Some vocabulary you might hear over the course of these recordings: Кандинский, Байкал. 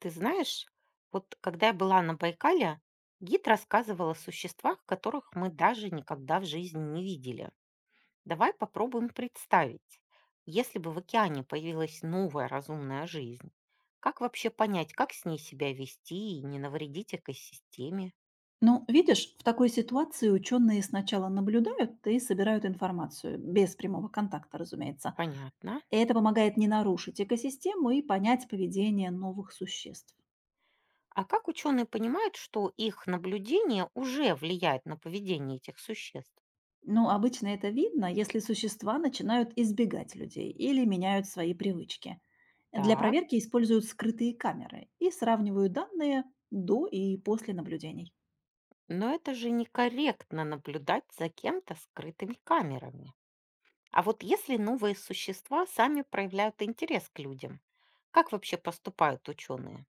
Ты знаешь, вот когда я была на Байкале, гид рассказывал о существах, которых мы даже никогда в жизни не видели. Давай попробуем представить, если бы в океане появилась новая разумная жизнь, как вообще понять, как с ней себя вести и не навредить экосистеме? Ну, видишь, в такой ситуации ученые сначала наблюдают и собирают информацию, без прямого контакта, разумеется. Понятно. Это помогает не нарушить экосистему и понять поведение новых существ. А как ученые понимают, что их наблюдение уже влияет на поведение этих существ? Но обычно это видно, если существа начинают избегать людей или меняют свои привычки. Для Так, проверки используют скрытые камеры и сравнивают данные до и после наблюдений. но это же некорректно наблюдать за кем-то скрытыми камерами. А вот если новые существа сами проявляют интерес к людям, как вообще поступают ученые?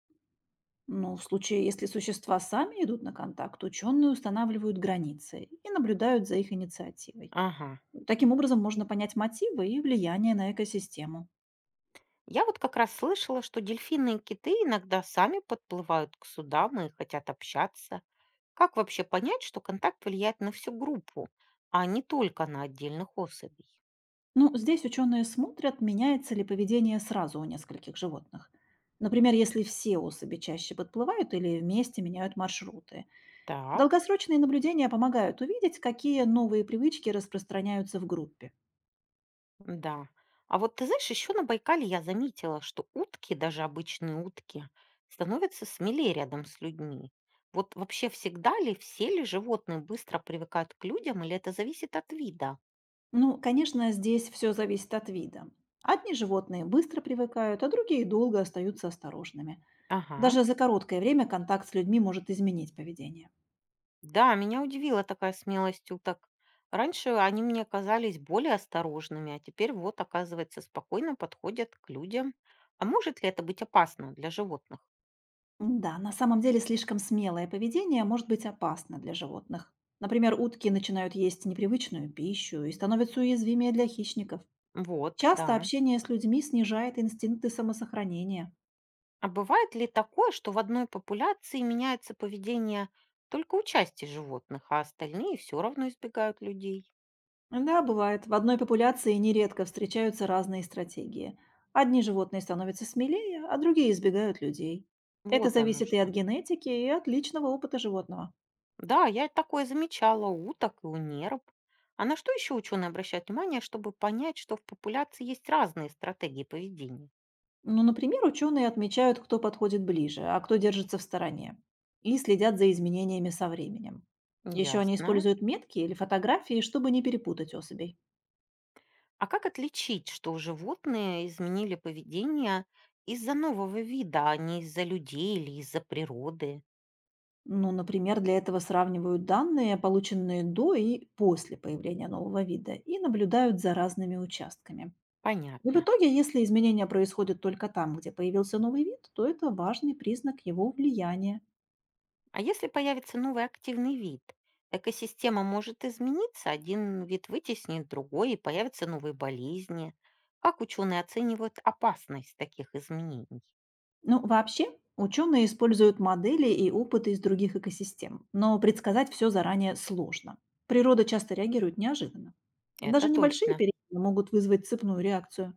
Ну, в случае, если существа сами идут на контакт, ученые устанавливают границы и наблюдают за их инициативой. Ага. Таким образом можно понять мотивы и влияние на экосистему. Я вот как раз слышала, что дельфины и киты иногда сами подплывают к судам и хотят общаться. Как вообще понять, что контакт влияет на всю группу, а не только на отдельных особей? Ну, здесь ученые смотрят, меняется ли поведение сразу у нескольких животных. Например, если все особи чаще подплывают или вместе меняют маршруты. Так. Долгосрочные наблюдения помогают увидеть, какие новые привычки распространяются в группе. Да. А вот ты знаешь, еще на Байкале я заметила, что утки, даже обычные утки, становятся смелее рядом с людьми. Вот вообще всегда ли, все ли животные быстро привыкают к людям, или это зависит от вида? Ну, конечно, здесь все зависит от вида. Одни животные быстро привыкают, а другие долго остаются осторожными. Ага. Даже за короткое время контакт с людьми может изменить поведение. Да, меня удивила такая смелость уток. Раньше они мне казались более осторожными, а теперь вот, оказывается, спокойно подходят к людям. А может ли это быть опасно для животных? Да, на самом деле слишком смелое поведение может быть опасно для животных. Например, утки начинают есть непривычную пищу и становятся уязвимее для хищников. Вот, Часто да. общение с людьми снижает инстинкты самосохранения. А бывает ли такое, что в одной популяции меняется поведение только у части животных, а остальные все равно избегают людей? Да, бывает, в одной популяции нередко встречаются разные стратегии. Одни животные становятся смелее, а другие избегают людей. Это Вот оно зависит и от что. генетики, и от личного опыта животного. Да, я такое замечала у уток и у нерв. А на что еще ученые обращают внимание, чтобы понять, что в популяции есть разные стратегии поведения? Ну, например, ученые отмечают, кто подходит ближе, а кто держится в стороне, и следят за изменениями со временем. Еще они Ясно. используют метки или фотографии, чтобы не перепутать особей. А как отличить, что животные изменили поведение из-за нового вида, а не из-за людей или из-за природы? Ну, например, для этого сравнивают данные, полученные до и после появления нового вида, и наблюдают за разными участками. И в Понятно. итоге, если изменения происходят только там, где появился новый вид, то это важный признак его влияния. А если появится новый активный вид, экосистема может измениться, один вид вытеснит другой, и появятся новые болезни. Как ученые оценивают опасность таких изменений? Ну, вообще, ученые используют модели и опыты из других экосистем, но предсказать все заранее сложно. Природа часто реагирует неожиданно. Это Даже небольшие точно. перемены могут вызвать цепную реакцию.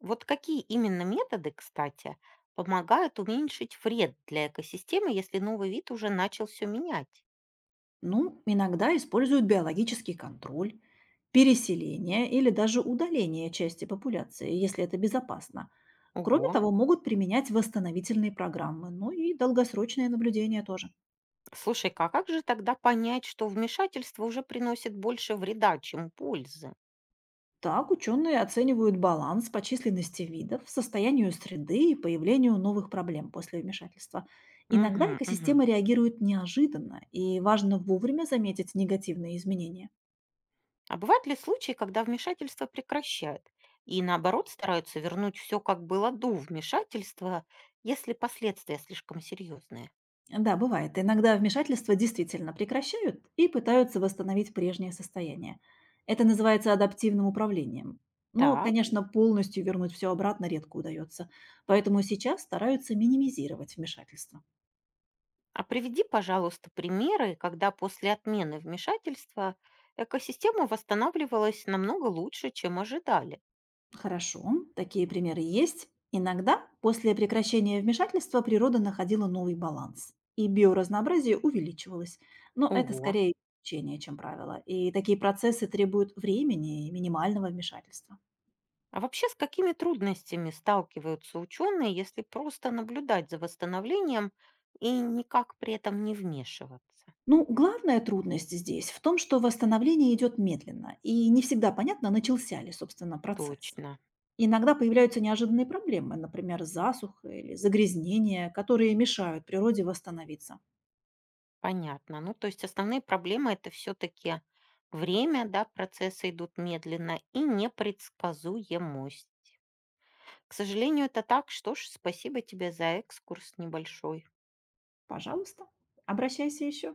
Вот какие именно методы, кстати, помогают уменьшить вред для экосистемы, если новый вид уже начал все менять? Ну, иногда используют биологический контроль, переселение или даже удаление части популяции, если это безопасно. Кроме Ого. того, могут применять восстановительные программы, ну и долгосрочное наблюдение тоже. Слушай-ка, а как же тогда понять, что вмешательство уже приносит больше вреда, чем пользы? Так, ученые оценивают баланс по численности видов, состоянию среды и появлению новых проблем после вмешательства. Угу, Иногда угу. экосистемы реагируют неожиданно, и важно вовремя заметить негативные изменения. А бывают ли случаи, когда вмешательство прекращают и, наоборот, стараются вернуть все, как было до вмешательства, если последствия слишком серьезные? Да, бывает. Иногда вмешательства действительно прекращают и пытаются восстановить прежнее состояние. Это называется адаптивным управлением. Но, Так, конечно, полностью вернуть все обратно редко удается, поэтому сейчас стараются минимизировать вмешательство. а приведи, пожалуйста, примеры, когда после отмены вмешательства экосистема восстанавливалась намного лучше, чем ожидали. Хорошо, такие примеры есть. Иногда после прекращения вмешательства природа находила новый баланс, и биоразнообразие увеличивалось. Но это Ого. скорее исключение, чем правило. И такие процессы требуют времени и минимального вмешательства. А вообще с какими трудностями сталкиваются ученые, если просто наблюдать за восстановлением и никак при этом не вмешиваться? Ну, главная трудность здесь в том, что восстановление идет медленно, и не всегда понятно, начался ли, собственно, процесс. Точно. Иногда появляются неожиданные проблемы, например, засуха или загрязнения, которые мешают природе восстановиться. Понятно. Ну, то есть основные проблемы это все-таки время, да, процессы идут медленно и непредсказуемость. К сожалению, это так. Что ж, спасибо тебе за экскурс небольшой. Пожалуйста, обращайся еще.